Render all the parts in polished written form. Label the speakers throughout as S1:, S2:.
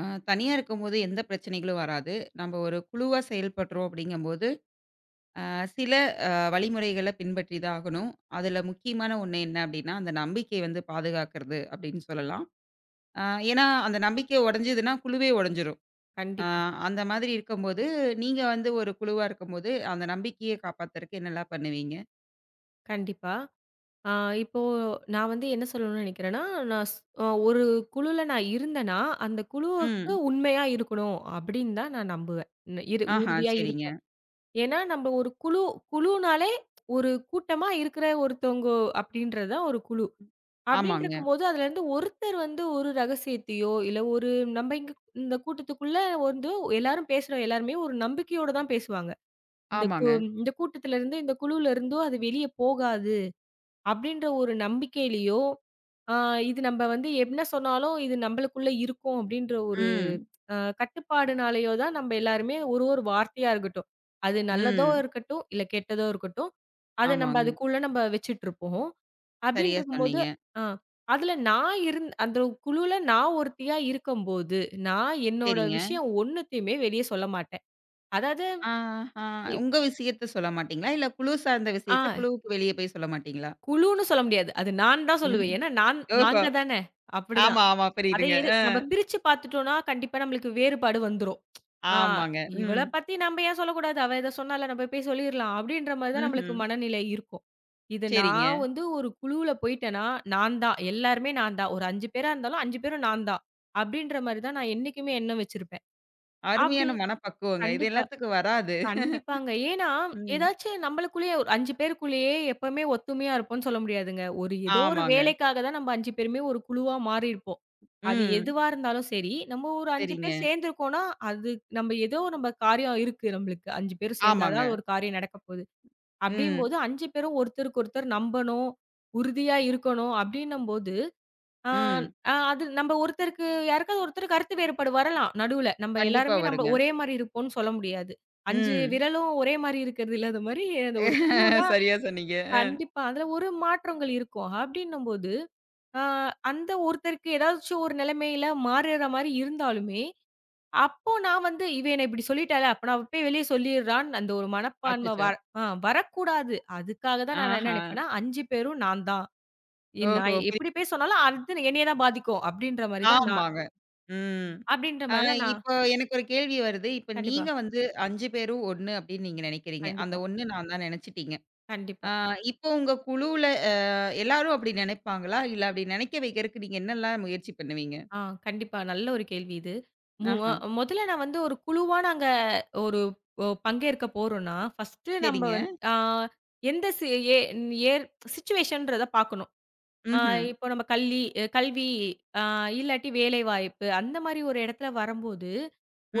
S1: ஆ, தனியா இருக்கும்போது எந்த பிரச்சனைகளும் வராது. நம்ம ஒரு குழுவா செயல்படுறோம் அப்படிங்கும்போது, அ சில வழிமுறைகள பின்பற்றி தான் ஆகணும். அதுல முக்கியமான ஒண்ணு என்ன அப்படின்னா, அந்த நம்பிக்கை வந்து பாதுகாக்கிறது அப்படின்னு சொல்லலாம். அ ஏன்னா, அந்த நம்பிக்கை உடைஞ்சதுன்னா குழுவே உடைஞ்சிரும். அ
S2: கண்டிப்பா,
S1: அந்த மாதிரி இருக்கும்போது, நீங்க வந்து ஒரு குழுவா இருக்கும்போது, அந்த நம்பிக்கைய காப்பாத்துறதுக்கு என்னலாம் பண்ணுவீங்க?
S2: கண்டிப்பா. ஆ இப்போ நான் வந்து என்ன சொல்லணும்னு நெனைக்கிறேன்னா, நான் ஸ் அ ஒரு குழுல நான் இருந்தேன்னா, அந்த குழுவுக்கு
S1: ம்.
S2: உண்மையா இருக்கணும் அப்படின்னு தான் நான் நம்புவேன். ந இரு
S1: ஆஹா,
S2: உறுதியா
S1: சரிங்க.
S2: இருப்பேன். ஏன்னா நம்ம ஒரு குழுனாலே ஒரு கூட்டமா இருக்கிற ஒருத்தவங்க அப்படின்றது தான் ஒரு குழு. அப்படின்னு
S1: ஆமாங்க,
S2: இருக்கும்போது அதுலேருந்து ஒருத்தர் வந்து ஒரு ரகசியத்தையோ, இல்ல ஒரு நம்ம இங்க இந்த கூட்டத்துக்குள்ள வந்து எல்லாரும் பேசுற எல்லாருமே ஒரு நம்பிக்கையோட தான் பேசுவாங்க. இந்த கூ
S1: ஆமாங்க.
S2: இந்த கூட்டத்திலருந்து, இந்த குழுவிலருந்தோ அது வெளிய போகாது. அப்படின்ற ஒரு நம்பிக்கையிலயோ, ஆ இது நம்ப வந்து என்ன சொன்னாலும் இது நம்பளுக்குள்ள இருக்கும் அப்படின்ற ஒரு
S1: ம்,
S2: கட்டுப்பாடுனாலயோ தான் நம்ப எல்லாருமே ஒரு ஒரு வார்த்தையா இருக்கட்டும். அது நல்லதோ
S1: ம்.
S2: இருக்கட்டும், இல்ல கெட்டதோ இருக்கட்டும். அத நம்ப
S1: ஆமாங்க.
S2: அதுக்குள்ள நம்ப வச்சுட்டுருப்போம். அப்படின்னு
S1: சரியா
S2: இருக்கும்போது
S1: சொன்னீங்க.
S2: ஆ அதுல நான் இருந் அந்த குழுல நான் ஒருத்தியா இருக்கம்போது, நான் என்னோட
S1: சரிங்க.
S2: விஷயம் ஒண்ணுத்தையுமே வெளிய சொல்ல மாட்டேன். அதாவது
S1: ஆ, ஆ.
S2: இப்
S1: உங்க விஷயத்த சொல்ல மாட்டீங்களா? இல்ல குழு சார்ந்த
S2: ஆ
S1: விஷயத்த குழுவுக்கு வெளிய போய் சொல்ல மாட்டீங்களா?
S2: குழுன்னு சொல்ல முடியாது. அது நான் தான் சொல்லுவேன்.
S1: ம்ஹ்ம்.
S2: ஏன்னா நான்
S1: ஓஹோ!
S2: நாங்க தானே! அப்படி
S1: ஆமா, ஆமா.
S2: அதை
S1: புரியுதுங்க.
S2: எது
S1: அ.
S2: நம்ம பிரிச்சு பார்த்துட்டோம்னா, கண்டிப்பா நம்மளுக்கு வேறுபாடு வந்துரும். ஆ
S1: ஆமாங்க.
S2: இவள
S1: ம்.
S2: பத்தி நம்ம ஏன் சொல்லக்கூடாது? அவ இத சொன்னால, நம்ம போய் சொல்லிர்லாம். அப்படின்ற மாரி தான் நம்மளுக்கு
S1: ம்ஹ்ம்.
S2: மனநிலை இருக்கும். இது
S1: சரிங்க.
S2: நான் வந்து ஒரு குழுவுல போயிட்டேன்னா, நான் தான். எல்லாருமே நான் தான். ஒரு 5 பேரா இருந்தாலும், 5 பேரும் நான் தான். அப்படின்ற மாரி தான் நான் என்னைக்குமே எண்ணம் வச்சிருப்பேன். அப்படி
S1: அருமையான மனப்பக்குவங்க. இது
S2: கண்டிப்பா.
S1: எல்லாத்துக்கும் வராது.
S2: கண்டிப்பாங்க. ஏன்னா,
S1: ம்.
S2: ஏதாச்சும் நம்மளுக்குள்ளயே ஒரு 5 பேருக்குள்ளேயே எப்பவுமே ஒத்துமையா இருப்போம்ன்னு சொல்ல முடியாதுங்க. ஒரு ஏதோ ஒரு
S1: ஆமாங்க.
S2: வேலைக்காக தான் நம்ம 5 பேருமே ஒரு குழுவா மாறியிருப்போம். அது
S1: ம்.
S2: எதுவா இருந்தாலும் சரி, நம்ம ஒரு 5
S1: சரிங்க.
S2: பேர் சேர்ந்துருக்கோம்னா, அது நம்ம ஏதோ நம்ம காரியம் இருக்கு நம்மளுக்கு. 5 பேரும் சேர்ந்தா
S1: ஆமாங்க.
S2: தான் ஒரு காரியம் நடக்க போகுது.
S1: ம்.
S2: அப்படிங்கும்போது 5 பேரும் ஒருத்தருக்கு ஒருத்தர் நம்பணும், உறுதியா இருக்கணும் அப்படின்னும்போது ஆ,
S1: ம்.
S2: ஆ அது நம்ம ஒருத்தருக்கு யாருக்காவது ஒருத்தர் கருத்து வேறுபாடு வரலாம் நடுவுல. நம்ம
S1: கண்டிப்பா
S2: எல்லாருமே நம்ம
S1: வருங்க.
S2: ஒரே மாரி இருப்போம்ன்னு சொல்ல முடியாது. 5
S1: ம்.
S2: விரலும் ஒரே மாரி இருக்கிறது இல்லாத மாரி, அந்த ஒரு குழுனா
S1: சரியா சொன்னீங்க.
S2: கண்டிப்பா அதுல ஒரு மாற்றங்கள் இருக்கும். அப்டின்னும்போது, ஆ அந்த ஒருத்தருக்கு ஏதாச்சும் ஒரு நிலைமையில மாறுற மாரி இருந்தாலுமே, அப்போ நான் வந்து இவ என்ன இப்டி சொல்லிட்டாளே, அப்ப நான் போய் வெளிய சொல்லிர்றான்னு அந்த ஒரு மனப்பான்மை
S1: அச்சச்சோ!
S2: வர ஆ வரக்கூடாது. அதுக்காக தான் நான் என்ன
S1: ஆஹா!
S2: நினைப்பேன்னா, 5 பேரும் நான் தான்.
S1: ஓஹோ!
S2: நான் எப்படி பேச சொன்னாலும் அது என்னைய தான் பாதிக்கும்.
S1: ஆமாங்க. ம்.
S2: அப்படின்ற
S1: ஆ
S2: மாரி தான் நான்.
S1: இப்போ எனக்கு ஒரு கேள்வி வருது. இப்ப
S2: கண்டிப்பா,
S1: நீங்க வந்து 5 பேரும் ஒண்ணு அப்படின்னு நீங்க நினைக்கிறீங்க. அந்த
S2: கண்டிப்பா,
S1: ஒண்ணு நான் தான் நினைச்சுட்டீங்க.
S2: கண்டிப்பா.
S1: ஆ இப்போ உங்க குழுவுல எல்லாரும் அப்படி நினைப்பாங்களா? இல்ல அப்படி நினைக்க வைக்கிறதுக்கு நீங்க என்னலாம் முயற்சி பண்ணுவீங்க?
S2: ஆ கண்டிப்பா. நல்ல ஒரு கேள்வி இது. மு அ
S1: ஆஹா.
S2: முதல்ல நான் வந்து ஒரு குழுவா நாங்க ஒரு பங்கேற்க போறோம்னா, ஃபர்ஸ்ட்டு நம்ம
S1: சரிங்க.
S2: வந் ஆ எந்த சி ஏ ஏர் சிச்சுவேஷன்றத பார்க்கணும். ஆ
S1: ம்ஹ்ம்.
S2: இப்போ நம்ம கல்வி கல்வி ஆ இல்லாட்டி வேலைவாய்ப்பு அந்த மாரி ஒரு இடத்துல வரும்போது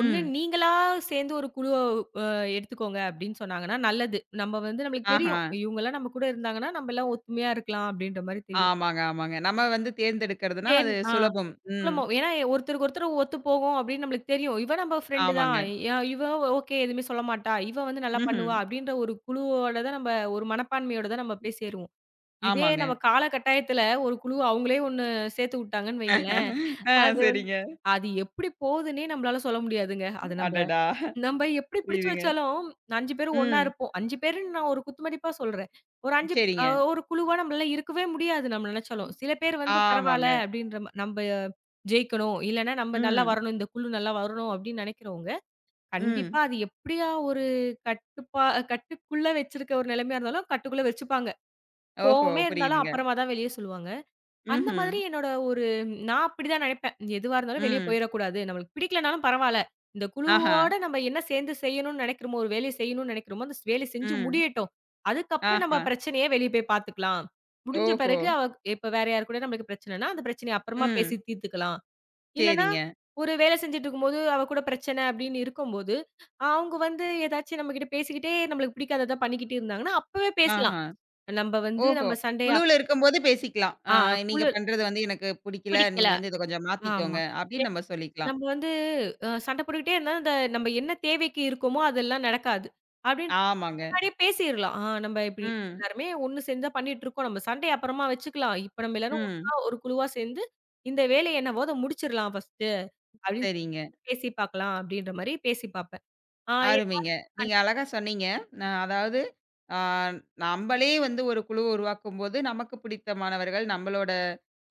S2: ஒண்ணு நீங்களா சேர்ந்து ஒரு குழுவ அ எடுத்துக்கோங்க அப்படின்னு சொன்னாங்கன்னா நல்லது. நம்ம வந்து நம்மளுக்கு
S1: ஆஹா.
S2: தெரியும். இவங்கலாம் நம்ம கூட இருந்தாங்கன்னா, நம்மலாம் ஒத்துமையா இருக்கலாம் அப்படின்ற மாரி தெரியும்.
S1: ஆமாங்க, ஆமாங்க. நம்ம வந்து தேர்ந்தெடுக்கிறதுனா
S2: சேரி
S1: அது
S2: ஆ
S1: சுலபம். ம்.
S2: சுலபம். ஏன்னா ஒருத்தருக்கு ஒருத்தர் ஒத்து போகும் அப்படின்னு நம்மளுக்கு தெரியும். இவ நம்ம ஃப்ரெண்டு தான்.
S1: ஆமாங்க.
S2: அ இவ ஓகே எதுவுமே சொல்ல மாட்டா. இவ வந்து நல்லா
S1: ம்ஹ்ம்.
S2: பண்ணுவா அப்படின்ற ஒரு குழுவோட தான் நம்ம ஒரு மனப்பான்மையோட தான் நம்ம போய் சேருவோம். இதே
S1: ஆமாங்க.
S2: நம்ம கால கட்டாயத்துல ஒரு குழு அவங்களே ஒண்ணு சேர்த்து விட்டாங்கன்னு வைங்களேன்,
S1: ஆ
S2: அது வந்து
S1: சரிங்க.
S2: அது எப்படி போகுதுன்னே நம்மளால சொல்ல முடியாதுங்க. அது நம்ம
S1: அடடா!
S2: நம்ப எப்படி பிடிச்சு
S1: புரியுதுங்க.
S2: வச்சாலும் 5 பேரும் ஒண்ணா
S1: ம்.
S2: இருப்போம். 5 பேருன்னு நான் ஒரு குத்துமதிப்பா சொல்றேன். ஒரு 5 அ
S1: சரிங்க.
S2: ஒரு குழுவா நம்மளால இருக்கவே முடியாது நம்ம நெனச்சாலும். சில பேர் வந்து பரவால்ல
S1: ஆமாங்க.
S2: அப்படின்ற மா நம்ப ஜெயிக்கணும். இல்லன்னா நம்ப நல்லா
S1: ம்.
S2: வரணும். இந்த குழு நல்லா வரணும் அப்படின்னு நெனைக்கிறவங்க, கண்டிப்பா
S1: ம்.
S2: அது எப்படியா ஒரு கட்டுப்பா கட்டுக்குள்ள வச்சிருக்க ஒரு நிலைமையா இருந்தாலும், கட்டுக்குள்ள வச்சுப்பாங்க.
S1: ஓஹோ!
S2: கோவமே இருந்தாலும்
S1: புரியுதுங்க.
S2: அப்புறமா தான் வெளிய சொல்லுவாங்க. அந்த
S1: ம்ஹ்ம்.
S2: மாதிரி என்னோட ஒரு நான் அப்படிதான் நினைப்பேன். எதுவா இருந்தாலும் வெளிய
S1: ம்.
S2: போயிறக்கூடாது. நம்மளுக்கு பிடிக்கலனாலும் பரவால்ல. இந்த
S1: ஆஹா.
S2: குழுவோட நம்ம என்ன சேர்ந்து செய்யணும்னு நினைக்கிறோமோ, ஒரு வேலைய செய்யணும்னு நினைக்கிறோமோ, அந்த வேலைய செஞ்சு
S1: ம்.
S2: முடியட்டும். அதுக்கப்புறம் நம்ம
S1: ஆஹா.
S2: பிரச்சனைய வெளிய போய் பார்த்துக்கலாம். முடிஞ்ச
S1: ஓஹோ!
S2: பிறகு அவ இப்ப வேற யார் கூட நம்மளுக்கு பிரச்சனைன்னா, அந்த பிரச்சனைய அப்புறமா பேசி
S1: ம்.
S2: தீர்த்துக்கலாம். இல்லன்னா,
S1: சரிங்க.
S2: ஒரு வேலை செஞ்சுட்டு இருக்கும்போது, அவ கூட பிரச்சனை அப்படின்னு இருக்கும்போது, அவங்க வந்து ஏதாச்சும் நம்மகிட்ட பேசிக்கிட்டே நம்மளுக்கு பிடிக்காதத பண்ணிக்கிட்டு இருந்தாங்கன்னா, அப்பவே பேசலாம்.
S1: ஆஹா.
S2: நம்ம வந்து
S1: ஓஹோ!
S2: நம்ம சண்டைய அப்
S1: குழுவுல இருக்கும்போது பேசிக்கலாம். ஆ
S2: ஆ
S1: நீங்க
S2: குழு
S1: பண்றது வந்து எனக்கு புடிக்கல.
S2: பிடிக்கல.
S1: நீங்க வந்து இத கொஞ்சம்
S2: ஆமா.
S1: மாத்திக்கோங்க. அப்படின்னு
S2: ஏன்னா
S1: நம்ம சொல்லிக்கலாம்.
S2: நம்ம வந்து சண்டை போட்டுக்கிட்டே இருந்தா, அந்த நம்ம என்ன தேவைக்கு இருக்கோமோ, அதெல்லாம் நடக்காது. அப்படின்னு
S1: ஆமாங்க.
S2: முன்னாடியே பேசிறலாம். நம்ம இப்படி நம்ம
S1: ம்.
S2: எல்லாருமே ஒண்ணு சேர்ந்து தான் பண்ணிட்டுருக்கோம். நம்ம சண்டைய அப்புறமா வச்சுக்கலாம். இப்ப நம்ம எல்லாரும்
S1: ம்.
S2: ஒண்ணா ஒரு குழுவா சேர்ந்து, இந்த வேலைய என்னவோ அத முடிச்சிரலாம் ஃபர்ஸ்ட்டு அப்படின்னு
S1: சரிங்க.
S2: பேசி பார்க்கலாம், அப்படின்ற மாரி பேசி பார்ப்பேன். ஆ என்னால
S1: அருமைங்க.
S2: கண்
S1: நீங்க அழகா சொன்னீங்க. அதாவது ஆ நம்பளே வந்து ஒரு குழுவ உருவாக்கும்போது, நமக்கு பிடித்தமானவர்கள் நம்பளோட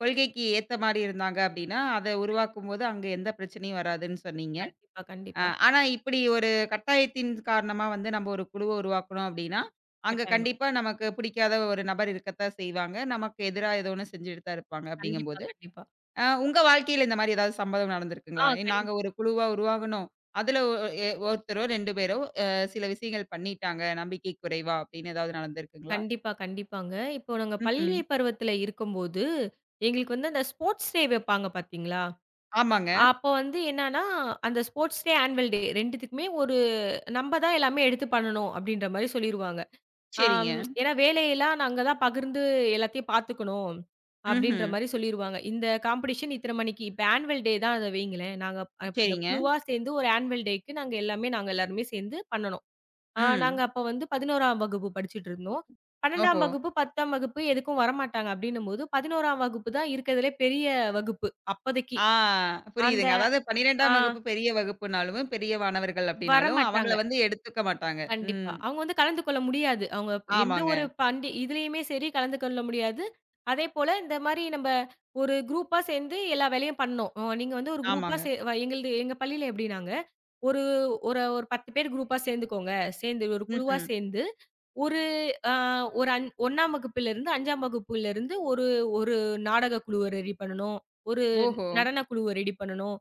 S1: கொள்கைக்கு ஏத்த மாரி இருந்தாங்க அப்டின்னா, அத உருவாக்கும்போது அங்க எந்த பிரச்சனையும் வராதுன்னு சொன்னீங்க.
S2: கண்டிப்பா,
S1: அ
S2: கண்டிப்பா.
S1: ஆனா இப்படி ஒரு கட்டாயத்தின் காரணமா வந்து நம்ப ஒரு குழுவ உருவாக்கணும் அப்டின்னா, அங்க
S2: கட்டாயமா.
S1: கண்டிப்பா நமக்கு பிடிக்காத ஒரு நபர் இருக்கத்தான் செய்வாங்க. நமக்கு எதிரா ஏதோ ஒண்ணு செஞ்சுட்டு தான் இருப்பாங்க
S2: கண்டிப்பா,
S1: அப்டிங்கும்போது
S2: கண்டிப்பா.
S1: உங்க வாழ்க்கையில இந்த மாரி ஏதாவது சம்பவம்
S2: ஆ
S1: நடந்திருக்குங்களா? ஏ,
S2: கண்
S1: நாங்க ஒரு குழுவா உருவாகுனோம். அதுல ஒ எ ஒருத்தரோ 2 பேரோ அ சில விஷயங்கள் பண்ணிட்டாங்க. நம்பிக்கை குறைவா அப்படின்னு ஏதாவது நடந்திருக்குங்களா?
S2: கண்டிப்பா, கண்டிப்பாங்க. இப்போ நாங்க
S1: ம்ஹ்ம்.
S2: பள்ளி பருவத்துல இருக்கும்போது, எங்களுக்கு வந்து அந்த ஸ்போர்ட்ஸ் டே வைப்பாங்க பார்த்தீங்களா?
S1: ஆமாங்க.
S2: அப்போ வந்து என்னான்னா, அந்த ஸ்போர்ட்ஸ் டே, ஆனுவல் டே 2த்துக்குமே ஒரு நம்ப தான் எல்லாமே எடுத்து பண்ணணும் அப்டின்ற மாரி சொல்லிருவாங்க. ஆம்
S1: சரிங்க.
S2: ஏன்னா வேலையெல்லாம் நாங்க தான் பகிர்ந்து எல்லாத்தையும் பார்த்துக்கணும்.
S1: ம்ஹ்ம்.
S2: அப்டின்ற மாரி சொல்லிருவாங்க. இந்த காம்படிஷன் இத்தன மணிக்கு இப்ப ஆனுவல் டே தான் அத வைங்களேன். நாங்க அ அந்த
S1: சரிங்க.
S2: குழுவா சேர்ந்து ஒரு ஆனுவல் டேக்கு நாங்க எல்லாமே நாங்க எல்லாருமே சேர்ந்து பண்ணணும். நாங்க
S1: ம்.
S2: அப்ப வந்து 11ஆம் வகுப்பு படிச்சுட்டுருந்தோம். 12ஆம்
S1: ஓஹோ!
S2: வகுப்பு, 10ஆம் வகுப்பு எதுக்கும் வரமாட்டாங்க அப்டின்னும்போது, 11ஆம் வகுப்பு தான் இருக்கிறதுலே பெரிய வகுப்பு அப்போதைக்கு.
S1: ஆ
S2: அந்த
S1: புரியுதுங்க. அதாவது
S2: ஆ.
S1: 12ஆம் வகுப்பு பெரிய வகுப்புனாலும், பெரிய மாணவர்கள் அப்படின்னாலும்
S2: வரமாட்டாங்க.
S1: அவங்கள வந்து எடுத்துக்க மாட்டாங்க.
S2: கண்டிப்பா.
S1: ம்.
S2: அவங்க வந்து கலந்து கொள்ள முடியாது. அவங்க எந்த
S1: ஆமாங்க,
S2: ஒரு பண்டி இதுலயுமே சரி கலந்து கொள்ள முடியாது. அதேபோல இந்த மாரி நம்ப ஒரு குரூப்பா சேர்ந்து எல்லா வேலையும் பண்ணோம். நீங்க வந்து ஒரு குரூப்பா
S1: ஆமாங்க.
S2: சே வ எங்கள்து எங்க பள்ளியில எப்படின்னாங்க, ஒரு ஒரு ஒரு 10 பேர் குரூப்பா சேர்ந்துக்கோங்க. சேர்ந்து ஒரு குழுவா
S1: ம்ஹ்ம்.
S2: சேர்ந்து ஒரு அ ஒரு அஞ் 1ஆம் வகுப்பிலிருந்து 5ஆம் வகுப்புலருந்து ஒரு ஒரு நாடக குழுவ ரெடி பண்ணணும். ஒரு
S1: ஓஹோ!
S2: நடன குழுவ ரெடி பண்ணணும்.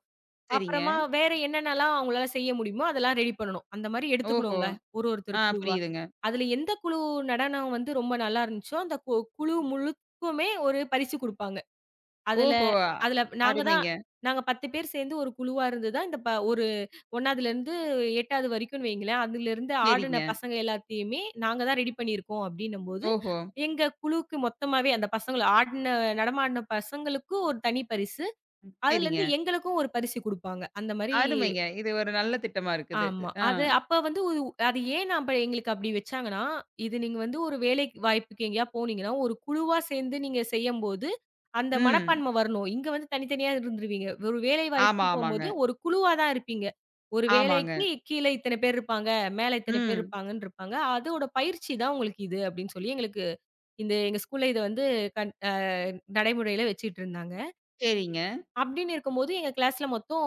S1: சரிங்க.
S2: அப்புறமா வேற என்னென்னலாம் அவங்களால செய்ய முடியுமோ, அதெல்லாம் ரெடி பண்ணணும். அந்த மாரி
S1: ஓஹோ!
S2: எடுத்துக்கணுங்க. ஒரு ஒருத்தர்
S1: ஆ
S2: குழுவா.
S1: புரியுதுங்க.
S2: அதுல எந்த குழு நடனம் வந்து ரொம்ப நல்லா இருந்துச்சோ, அந்த குழு முழுக்குமே ஒரு பரிசு குடுப்பாங்க. அதுல
S1: ஓஹோ!
S2: அதுல நாங்க தான்
S1: அருமைங்க.
S2: நாங்க 10 பேர் சேர்ந்து ஒரு குழுவா இருந்து தான் இந்த ப ஒரு 1வதுலருந்து 8வது வரைக்கும்ன்னு வைங்களேன், அதுலருந்து ஆடுன
S1: சரிங்க.
S2: பசங்க எல்லாத்தையுமே நாங்க தான் ரெடி பண்ணியிருக்கோம் அப்டின்னும்போது,
S1: ஓஹோ!
S2: எங்க குழுவுக்கு மொத்தமாவே அந்த பசங்கள நடமாடுன பசங்களுக்கு ஒரு தனி பரிசு,
S1: ம். சரிங்க.
S2: அதுலருந்து எங்களுக்கும் ஒரு பரிசு குடுப்பாங்க. அந்த மாரி
S1: அருமைங்க. இது ஒரு நல்ல திட்டமா இருக்குது.
S2: ஆமா.
S1: ஆ.
S2: அது ஏன் நம்ப எங்களுக்கு அப்படி வச்சாங்கன்னா, இது நீங்க வந்து ஒரு வேலை வாய்ப்புக்கு எங்கேயா போனீங்கன்னா, ஒரு குழுவா சேர்ந்து நீங்க செய்யும்போது, அந்த
S1: ம்.
S2: மனப்பான்மை வரணும். இங்க வந்து தனித்தனியா இருந்துருவீங்க. ஒரு வேலை
S1: ஆமா,
S2: வாய்ப்புன்னு
S1: ஆமாங்க.
S2: போம்போது, ஒரு குழுவா தான் இருப்பீங்க. ஒரு
S1: ஆமாங்க.
S2: வேலைக்கு கீழ இத்தனை பேர் இருப்பாங்க, மேல இத்தனை பேர்
S1: ம்.
S2: இருப்பாங்கன்னு இருப்பாங்க. அதோட பயிற்சி தான் உங்களுக்கு இது அப்படின்னு சொல்லி எங்களுக்கு இந்த எங்க ஸ்கூல்ல இத வந்து கண் அ நடைமுறையில வச்சுட்டு இருந்தாங்க.
S1: சரிங்க.
S2: அப்படின்னு இருக்கும்போது, எங்க கிளாஸ்ல மொத்தம்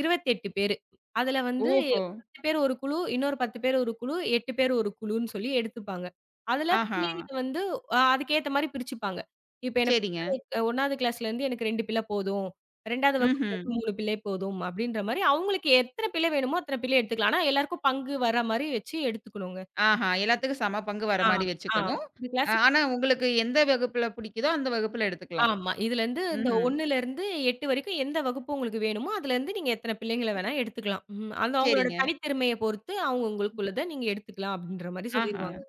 S2: 28 பேரு. அதுல வந்து
S1: ஓஹோ!
S2: 10 பேர் ஒரு குழு, இன்னொரு 10 பேர் ஒரு குழு, 8 பேர் ஒரு குழுன்னு சொல்லி எடுத்துப்பாங்க. அதுல
S1: ஆஹா!
S2: பிள்ளைங்கள வந்து அதுக்கேத்த மாரி பிரிச்சுப்பாங்க. இப்ப எனக்கு
S1: சரிங்க.
S2: 1வது கிளாஸ்லேருந்து எனக்கு 2 பிள்ளை போதும். 2வது
S1: ம்ஹ்ம்.
S2: வகுப்புலேருந்து 3 பிள்ளை போதும் அப்படின்ற மாரி அவங்களுக்கு எத்தனை பிள்ளை வேணுமோ அத்தனை பிள்ளை எடுத்துக்கலாம். ஆனா எல்லாருக்கும் பங்கு வர மாரி வச்சு எடுத்துக்கணுங்க.
S1: ஆஹா! எல்லாத்துக்கும் சம பங்கு வர
S2: ஆ,
S1: மாரி
S2: ஆ.
S1: வச்சுக்கணும்.
S2: இந்த கிளாஸ்ல
S1: ஆனா உங்களுக்கு எந்த வகுப்புல பிடிக்குதோ, அந்த வகுப்புல எடுத்துக்கலாம்.
S2: ஆமா. இதுலருந்து இந்த
S1: ம்ஹ்ம்.
S2: 1லருந்து 8 வரைக்கும் எந்த வகுப்பு உங்களுக்கு வேணுமோ, அதுலருந்து நீங்க எத்தன பிள்ளைங்கள வேணா எடுத்துக்கலாம். ம். அந்த அவங்களோட
S1: சரிங்க.
S2: தனித்திறமைய பொறுத்து அவங்க உங்களுக்குள்ளத நீங்க எடுத்துக்கலாம் அப்டின்ற மாரி
S1: ஆஹா!
S2: சொல்லிருவாங்க.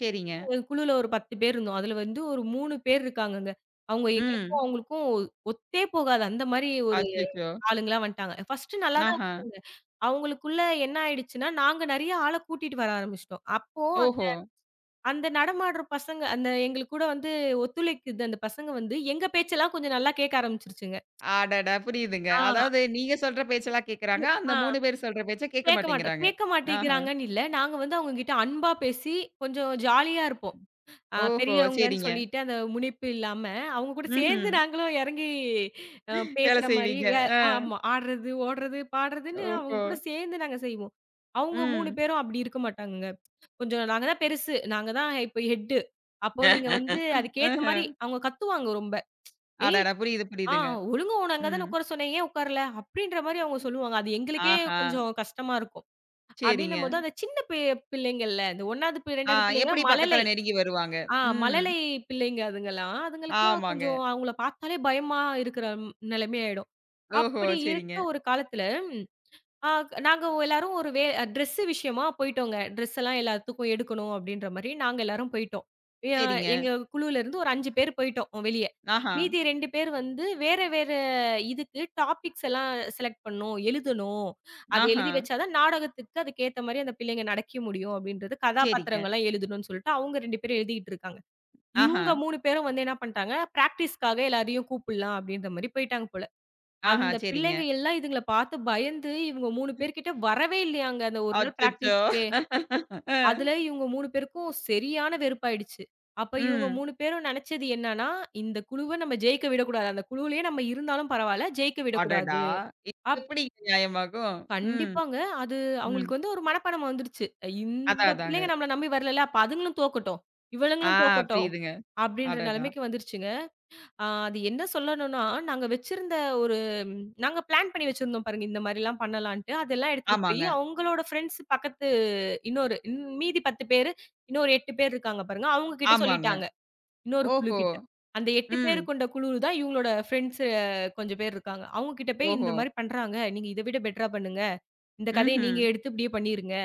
S1: சரிங்க.
S2: எங்க குழுல ஒரு 10 பேர் இருந்தோம். அதுல வந்து ஒரு 3 பேர் இருக்காங்கங்க. அவங்க எங்களுக்கும்
S1: ம்.
S2: அவங்களுக்கும் ஒத்தே போகாது. அந்த மாரி ஒரு
S1: அச்சச்சோ!
S2: ஆளுங்களா வந்துட்டாங்க. ஃபர்ஸ்ட் நல்லா தான்
S1: ஆஹா!
S2: இருந்தாங்க. அவங்களுக்குள்ள என்ன ஆயிடுச்சுன்னா, நாங்க நெறைய ஆள கூட்டிட்டு வர ஆரம்பிச்சுட்டோம். அப்போ அந்த
S1: ஓஹோ!
S2: அந்த நடமாடுற பசங்க அந்த எங்களுக்கு கூட வந்து ஒத்துழைக்குது அந்த பசங்க வந்து எங்க பேச்செல்லாம் கொஞ்சம் நல்லா கேட்க ஆரம்பிச்சுருச்சுங்க.
S1: அடடா! புரியுதுங்க.
S2: ஆ.
S1: அதாவது நீங்க சொல்ற பேச்செல்லாம்
S2: கே
S1: கேட்கறாங்க. அந்த
S2: ஆ.
S1: 3 பேர் சொல்ற பேச்ச கேட்க
S2: கேட்க மாட்டோம்.
S1: மாட்டேங்கிறாங்க.
S2: கேட்க
S1: ஆஹா!
S2: மாட்டேங்கிறாங்கன்னு இல்ல. நாங்க வந்து அவங்ககிட்ட அன்பா பேசி, கொஞ்சம் ஜாலியா இருப்போம்.
S1: ஓஹோ!
S2: பெரியவங்கன்னு
S1: சரிங்க.
S2: சொல்லிட்டு அந்த முனிப்பு இல்லாம, அவங்க கூட சேர்ந்து
S1: ம்ஹ்ம்.
S2: நாங்களும் இறங்கி அ
S1: வேலை
S2: பேசுற மாரி
S1: செய்வீங்க.
S2: வே
S1: ஆ.
S2: ஆமா. ஆடுறது, ஓடுறது, பாடுறதுன்னு அவங்க
S1: ஓஹோ!
S2: கூட சேர்ந்து நாங்க செய்வோம். அவங்க 3
S1: ம்.
S2: பேரும் அப்படி இருக்க மாட்டாங்கங்க. கொஞ்சம் நாங்க தான் பெருசு. நாங்க தான் இப்ப ஹெட்டு. அப்போ நீங்க வந்து அதுக்கேத்த மாரி
S1: ஆஹ.
S2: அவங்க கத்துவாங்க ரொம்ப. "ஏய்!
S1: அடடா! புரியுது,
S2: ஆ
S1: புரியுதுங்க.
S2: ஒழுங்கா உன்ன அங்க தானே
S1: ம்.
S2: உட்கார சொன்னேன். ஏன் உட்காரல?" அப்படின்ற மாரி அவங்க சொல்லுவாங்க. அது எங்களுக்கே
S1: ஆஹா!
S2: கொஞ்சம் கஷ்டமா இருக்கும்.
S1: சரிங்க.
S2: அப்படின்னும்போது அந்த சின்ன பி பிள்ளைங்கள்ல, இந்த 1வது,
S1: ஆ
S2: 2வது பிள்ளைங்க
S1: எப்படி
S2: மழலை.
S1: பக்கத்துல நெருங்கி வருவாங்க.
S2: ஆ
S1: ம்.
S2: மழலை பிள்ளைங்க அதுங்கலாம். அதுங்களுக்குலாம்
S1: ஆமாங்க.
S2: கொஞ்சம் அவங்கள பார்த்தாலே பயமா இருக்கிற நிலைமை ஆயிடும்.
S1: ஓஹோ!
S2: அப்படி
S1: சரிங்க,
S2: இருக்க ஒரு காலத்துல ஆ நாங்க எல்லாரும் ஒரு வே ட்ரெஸ் விஷயமா போயிட்டோங்க. ட்ரெஸ் எல்லாம் எல்லாத்துக்கும் எடுக்கணும் அப்படின்ற மாரி நாங்க எல்லாரும் போயிட்டோம். எ
S1: சரிங்க.
S2: எங்க குழுல இருந்து ஒரு 5 பேர் போயிட்டோம் வெளிய.
S1: ஆஹா!
S2: மீதி 2 பேர் வந்து வேற வேற இதுக்கு டாபிக்ஸ் எல்லாம் செலக்ட் பண்ணணும், எழுதணும். அத
S1: ஆஹா!
S2: எழுதி வச்சா தான் நாடகத்துக்கு அதுக்கேத்த மாரி அந்த பிள்ளைங்க நடக்க முடியும் அப்படின்றது
S1: சரிங்க.
S2: கதாபாத்திரங்கள்லாம் எழுதணும்னு சொல்லிட்டு அவங்க 2 பேரும் எழுதிக்கிட்டு இருக்காங்க.
S1: ஆஹா!
S2: இவங்க 3 பேரும் வந்து என்ன பண்ணிட்டாங்க, பிராக்டிஸ்க்காக எல்லாரையும் கூப்பிடலாம் அப்படின்ற மாரி போயிட்டாங்க போல.
S1: ஆஹா!
S2: அந்த
S1: சரிங்க.
S2: பிள்ளைங்க எல்லாம் இதுங்கள பார்த்து பயந்து, இவங்க 3 பேர்கிட்ட வரவே இல்லையாங்க, அந்த ஒரு நாள்
S1: அச்சச்சோ!
S2: பிராக்டிஸ்க்கே.
S1: அ.
S2: அதுல இவங்க 3 பேருக்கும் சரியான வெறுப்பாயிடுச்சு. அப்ப இவங்க
S1: ம்.
S2: 3 பேரும் நெனச்சது என்னன்னா, இந்த குழுவ நம்ம ஜெயிக்க விடக்கூடாது. அந்த குழுவுலயே நம்ம இருந்தாலும் பரவால்ல, ஜெயிக்க
S1: அடடா!
S2: விடக்கூடாது.
S1: இது
S2: அப்
S1: எப்படிங்க நியாயமாகும்? ம்,
S2: கண்டிப்பாங்க. அது
S1: ம்.
S2: அவங்களுக்கு வந்து ஒரு மனப்பாடம் வந்துருச்சு. இந்த
S1: அதான், அதாங்க.
S2: பிள்ளைங்க நம்மள நம்பி வரலல்ல, அப்ப அதுங்களும் தோக்கட்டும்,
S1: ஆ
S2: இவளுங்களும் தோக்கட்டும்,
S1: புரியுதுங்க.
S2: அப்படின்ற
S1: அடடா!
S2: நெலைமைக்கு வந்துருச்சுங்க. அது என்ன சொல்லணும்னா, நாங்க வச்சிருந்த ஒரு ம், நாங்க பிளான் பண்ணி வச்சிருந்தோம் பாருங்க. இந்த மாரிலாம் பண்ணலான்ட்டு. அதெல்லாம் எடுத்துட்டு போயி
S1: ஆமாங்க,
S2: அவங்களோட ஃப்ரெண்ட்ஸ் பக்கத்து மீதி 10 பேரு, இன்னொரு 8 பேர் இருக்காங்க பாருங்க. அவங்க கிட்ட
S1: ஆமாங்க.
S2: சொல்லிட்டாங்க. இன்னொரு குழு
S1: ஓஹோ!
S2: கிட்ட. அந்த 8 பேரு
S1: ம்.
S2: கொண்ட குழு தான் இவங்களோட ஃப்ரெண்ட்ஸ் கொஞ்சம் பேர் இருக்காங்க. அவங்க கிட்ட போய் இந்த
S1: ஓஹோ!
S2: மாரி பண்றாங்க. நீங்க இத விட பெட்டரா பண்ணுங்க. இந்த கதைய நீங்க
S1: ம்ஹ்ம்.
S2: எடுத்து இப்படியே பண்ணிருங்க.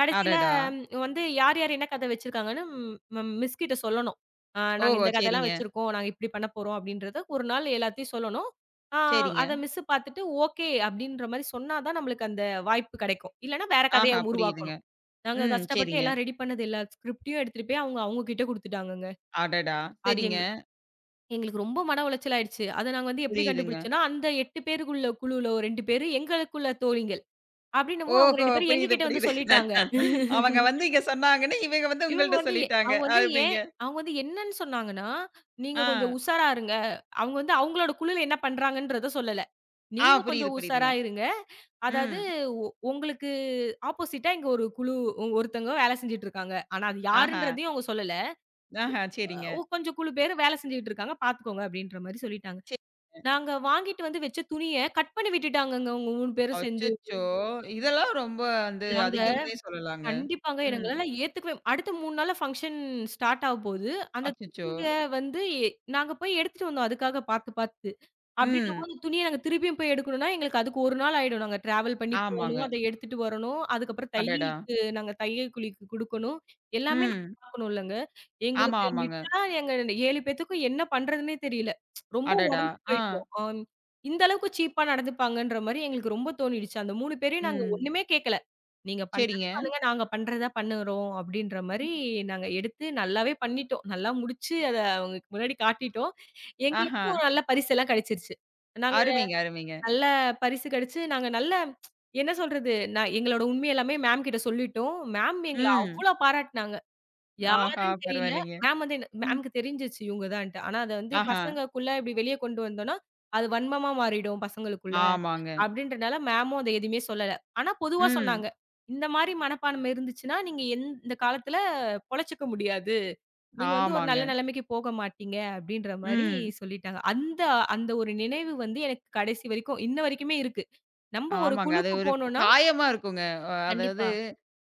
S2: கடைசியில
S1: அடடா!
S2: ம், வந்து யார், யார் என்ன கதை வச்சிருக்காங்கன்னு மிஸ் கிட்ட சொல்லணும். நாங்க
S1: ஓஹோ!
S2: இந்த கதைலாம்
S1: சரிங்க,
S2: வச்சிருக்கோம். நாங்க இப்படி பண்ண போறோம் அப்படின்றத ஒரு நாள் எல்லாத்தையும் சொல்லணும். ஆ
S1: சரிங்க.
S2: அத மிஸ் பார்த்துட்டு ஓகே அப்படின்ற மாரி சொன்னா தான் நம்மளுக்கு அந்த வாய்ப்பு கிடைக்கும். இல்லன்னா வேற கதைய
S1: ஆஹா, புரியுதுங்க.
S2: உருவாக்கணும். நாங்க
S1: ம்,
S2: கஷ்டப்பட்டு
S1: சரிங்க.
S2: எல்லாம் ரெடி பண்ணது எல்லா ஸ்கிரிப்டையும் எடுத்துட்டு போய் அவங்க அவங்க கிட்ட குடுத்துட்டாங்கங்க.
S1: அடடா!
S2: அது
S1: சரிங்க.
S2: எங்க எங்களுக்கு ரொம்ப மன உளைச்சல் ஆயிடுச்சு. அத நாங்க வந்து எப்படி
S1: புரியுதுங்க.
S2: கண்டுபிடிச்சோம்னா, அந்த 8 பேருக்குள்ள குழுல ஒரு 2 பேரு எங்களுக்குள்ள தோழிகள். அப்படின்னவும் அவங்க
S1: ஓஹோ!
S2: 2 பேரும் எங்க
S1: புரியுது,
S2: கிட்ட வந்து
S1: புரியுது.
S2: சொல்லிட்டாங்க.
S1: அவங்க வந்து இங்க சொன்னாங்கன்னு, இவங்க வந்து
S2: இவங்க
S1: உங்கள்ட்ட
S2: வந்து எ
S1: சொல்லிட்டாங்க.
S2: அவங்க வந்து ஏன்
S1: அருமைங்க.
S2: அவங்க வந்து என்னன்னு சொன்னாங்கன்னா, "நீங்க கொஞ்சம்
S1: ஆ,
S2: உஷாரா இருங்க." அவங்க வந்து அவங்களோட குழுல என்ன பண்றாங்கன்றத சொல்லல.
S1: ஆ
S2: "நீங்க
S1: புரியுது,
S2: கொஞ்சம் உஷாரா
S1: புரியுதுங்க.
S2: இருங்க. அதாவது
S1: ம்.
S2: உ உங்களுக்கு ஆப்போசிட்டா இங்க ஒரு குழு ஒருத்தவங்க வேலை செஞ்சுட்டு இருக்காங்க." ஆனா அது
S1: ஆஹா,
S2: யாருன்றதையும் அவங்க சொல்லல.
S1: ஆஹா, சரிங்க.
S2: "ஒ கொஞ்சம் குழு பேரு வேலை செஞ்சுட்டு இருக்காங்க. பார்த்துக்கோங்க." அப்படின்ற மாரி சொல்லிட்டாங்க.
S1: சரி.
S2: நாங்க வாங்கிட்டு வந்து வச்ச துணிய கட் பண்ணி விட்டுட்டாங்கங்க அவங்க 3 பேரும் சேர்ந்து.
S1: அச்சச்சோ! இதெல்லாம் ரொம்ப வந்து
S2: நாங்க
S1: அதிகம்னே சொல்லலாங்க.
S2: கண்டிப்பாங்க. எனக்கு
S1: ம்.
S2: என்னால ஏத்துக்கவே அடுத்த 3 நாள்ல ஃபங்ஷன் ஸ்டார்ட் ஆகப்போது. அந்த
S1: அச்சச்சோ!
S2: குக்கிங்க வந்து எ நாங்க போய் எடுத்துட்டு வந்தோம் அதுக்காக பாத்து, பாத்து.
S1: ம்.
S2: அப்படிங்கும்போது துணிய நாங்க திருப்பியும் போய் எடுக்கணும்னா, எங்களுக்கு அதுக்கு 1 நாள் ஆயிடும். நாங்க டிராவல் பண்ணி
S1: ஆமாங்க.
S2: போணும், அத எடுத்துட்டு வரணும். அதுக்கப்புறம்
S1: அடடா!
S2: தையலுக்கு நாங்க தையல் கூலிக்கு குடுக்கணும். எல்லாமே நாங்க
S1: ம்.
S2: பார்க்கணும் இல்லங்க.
S1: ஆமா,
S2: எங்களுக்கு
S1: ஆமாங்க.
S2: லிட்டரலா எங்க 7 பேத்துக்கும் என்ன பண்றதுன்னே தெரியல. ரொம்ப
S1: அடடா!
S2: உடைஞ்சு
S1: ஆ.
S2: போயிட்டோம். ஆம். இந்த அளவுக்கு சீப்பா நடந்துப்பாங்கன்ற மாரி எங்களுக்கு ரொம்ப தோணிடுச்சு. அந்த 3 பேரையும் நாங்க
S1: ம்.
S2: ஒண்ணுமே கேட்கல. "நீங்க பண்றத
S1: சரிங்க.
S2: பண்ணுங்க, நாங்க பண்றத பண்ணுறோம்." அப்படின்ற மாரி நாங்க எடுத்து நல்லாவே பண்ணிட்டோம். நல்லா முடிச்சு அத அவங்களுக்கு முன்னாடி காட்டிட்டோம்.
S1: ஆஹா.
S2: எங்களுக்கும் நல்ல பரிசெல்லாம் கிடைச்சிருச்சு. நாங்க
S1: அருமைங்க, அருமைங்க.
S2: நல்ல பரிசு கிடைச்சு, நாங்க நல்ல என்ன சொல்றது? நான் எங்களோட உண்மை எல்லாமே மேம் கிட்ட சொல்லிட்டோம். மேம் எங்கள
S1: ம்.
S2: அவ்ளோ பாராட்டுனாங்க.
S1: ஆஹா!
S2: யாருன்னு தெரியல.
S1: பரவாயில்லைங்க.
S2: மேம் வந்து என்ன
S1: ம்.
S2: மேம்க்கு தெரிஞ்சுச்சு இவங்க தான்ட்டு. ஆனா அத வந்து
S1: ஆஹா.
S2: பசங்கக்குள்ள இப்படி வெளிய கொண்டு வந்தோம்னா, அது வன்மமா மாறிடும் பசங்களுக்குள்ள.
S1: ஆமாங்க.
S2: அப்படின்றனால மேமும் அத எதுவுமே சொல்லல. ஆனா பொதுவா
S1: ம்.
S2: சொன்னாங்க. இந்த மாரி மனப்பான்மை இருந்துச்சுன்னா, நீங்க இந்த காலத்துல பொழச்சுக்க முடியாது. நீங்க வந்து ஒரு
S1: ஆமாங்க.
S2: நல்ல நிலைமைக்கு போக மாட்டீங்க அப்படின்ற மாரி
S1: ம்.
S2: சொல்லிட்டாங்க. அந்த அந்த ஒரு நினைவு வந்து எனக்கு கடைசி வரைக்கும் இன்ன வரைக்குமே இருக்கு. நம்ம ஒரு
S1: ஆமாங்க. அது
S2: குழுக்கு
S1: ஒரு
S2: போனோம்னா
S1: காயமா இருக்குங்க. அதாவது
S2: கண்டிப்பா.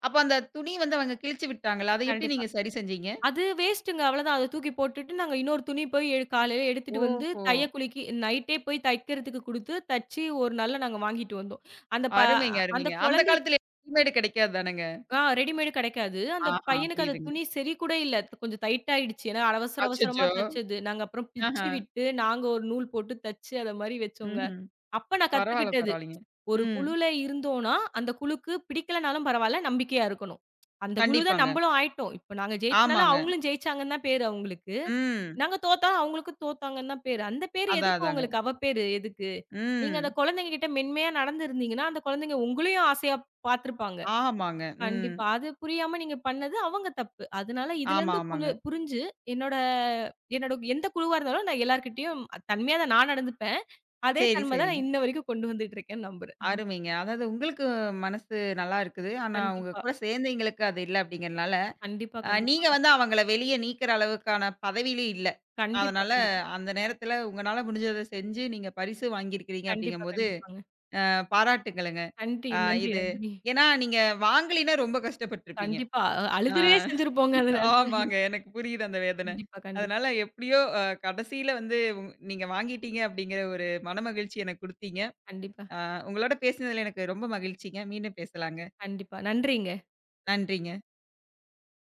S1: அப்ப அந்த துணி வந்து அவங்க கிழிச்சு விட்டாங்கல்ல, அத எப்படி
S2: கண்டிப்பா.
S1: நீங்க சரி செஞ்சீங்க?
S2: அது வேஸ்ட்டுங்க அவ்வளோதான். அத தூக்கி போட்டுட்டு நாங்க இன்னொரு துணி போய் காலையில எடுத்துட்டு வந்து
S1: ஓஹோ!
S2: தையக்கூலிக்கு நைட்டே போய் தைக்கிறதுக்கு குடுத்து, தச்சு ஒரு நாள்ல நாங்க வாங்கிட்டு வந்தோம். அந்த ப
S1: அருமைங்க,
S2: அந்த
S1: அருமைங்க. அந்த
S2: குழந்தை
S1: காலத்துல ரெடிமேடு கிடைக்காது தானங்க.
S2: ஆ ரெடிமேடு கிடைக்காது. அந்த
S1: ஆஹா,
S2: பையனுக்கு அந்த
S1: புரியுதுங்க.
S2: துணி சரி கூட இல்ல. கொஞ்சம் டைட் ஆயிடுச்சு. ஏன்னா அவசர அவசரமா
S1: அச்சச்சோ!
S2: தச்சது. நாங்க அப்புறம் பிச்சு
S1: ஆஹா.
S2: விட்டு, நாங்க ஒரு நூல் போட்டு தச்சு அத மாரி வச்சோங்க.
S1: ம்ஹ்ம்.
S2: அப்ப நான்
S1: பரவால்ல,
S2: கத்துக்கிட்டது.
S1: பரவாயில்லைங்க.
S2: ஒரு
S1: ம்.
S2: குழுல இருந்தோம்னா, அந்த குழுக்கு பிடிக்கலனாலும் பரவால்ல, நம்பிக்கையா இருக்கணும். அந்த குழு தான்
S1: கண்டிப்பாங்க.
S2: நம்மளும் ஆயிட்டோம். இப்ப நாங்க ஜெயிச்சனால
S1: ஆமாங்க.
S2: அவங்களும் ஜெயிச்சாங்கன்னு தான் பேரு அவங்களுக்கு.
S1: ம்.
S2: நாங்க தோத்தா அவங்களுக்கும் தோத்தாங்கன்னு தான் பேரு. அந்த பேரு
S1: அதான்,
S2: எதுக்கு
S1: அதாங்க.
S2: உங்களுக்கு? அவ பேரு எதுக்கு? நீங்க அந்த
S1: ம்.
S2: குழந்தைங்க கிட்ட மென்மையா நடந்திருந்தீங்கன்னா, அந்த குழந்தைங்க உங்களையும் ஆசையா பார்த்துருப்பாங்க.
S1: ஆமாங்க. ம்.
S2: கண்டிப்பா. அது புரியாம நீங்க பண்ணது அவங்க தப்பு. அதனால
S1: ஆமா,
S2: இதுலருந்து புனு
S1: ஆமாங்க.
S2: புரிஞ்சு என்னோட என்னோட எந்த குழுவா இருந்தாலும் நான் எல்லார்கிட்டயும் தன்மையா தான் நான் நடந்துப்பேன். அதே
S1: சரி,
S2: தன்மை தான்
S1: சரிங்க.
S2: நான் இன்ன வரைக்கும் கொண்டு வந்துட்டு இருக்கேன்னு நம்புறேன்.
S1: அருமைங்க. அதாவது உங்களுக்கு மனசு நல்லா இருக்குது. ஆனா, உங்க
S2: கண்டிப்பா.
S1: கூட சேர்ந்தவைங்களுக்கு அது இல்ல அப்படிங்கிறனால,
S2: கண்டிப்பா, கண்டிப்பா.
S1: நீங்க வந்து அவங்கள வெளிய நீக்கிற அளவுக்கான பதவியிலும் இல்ல.
S2: கண்டிப்பா,
S1: அதனால
S2: கண்டிப்பா.
S1: அந்த நேரத்தில உங்கனால முடிஞ்சத செஞ்சு நீங்க பரிசு வாங்கியிருக்கிறீங்க
S2: கண்டிப்பா,
S1: அப்படிங்கும்போது,
S2: கண்டிப்பாங்க.
S1: பாராட்டுக்களுங்க.
S2: நன்றி,
S1: அ
S2: நன்றி,
S1: இது
S2: நன்றி.
S1: ஏன்னா நீங்க வாங்கலின்னா ரொம்ப கஷ்டப்பட்டுருப்பீங்க.
S2: கண்டிப்பா.
S1: அ
S2: அழுதுறே செஞ்சிருப்போங்க அந்த நேரத்துல.
S1: ஆமாங்க. எனக்கு புரியுது அந்த வேதனை.
S2: கண்டிப்பா, கண்டிப்பா,
S1: அதனால எப்படியோ கடைசியில வந்து உங் நீங்க வாங்கிட்டீங்க அப்படிங்கிற ஒரு மனமகிழ்ச்சி எனக்கு குடுத்தீங்க.
S2: கண்டிப்பா,
S1: ஆ உங்களோட பேசினதுல எனக்கு ரொம்ப மகிழ்ச்சிங்க. மீண்டும் பேசலாங்க.
S2: கண்டிப்பா. நன்றிங்க.
S1: நன்றிங்க.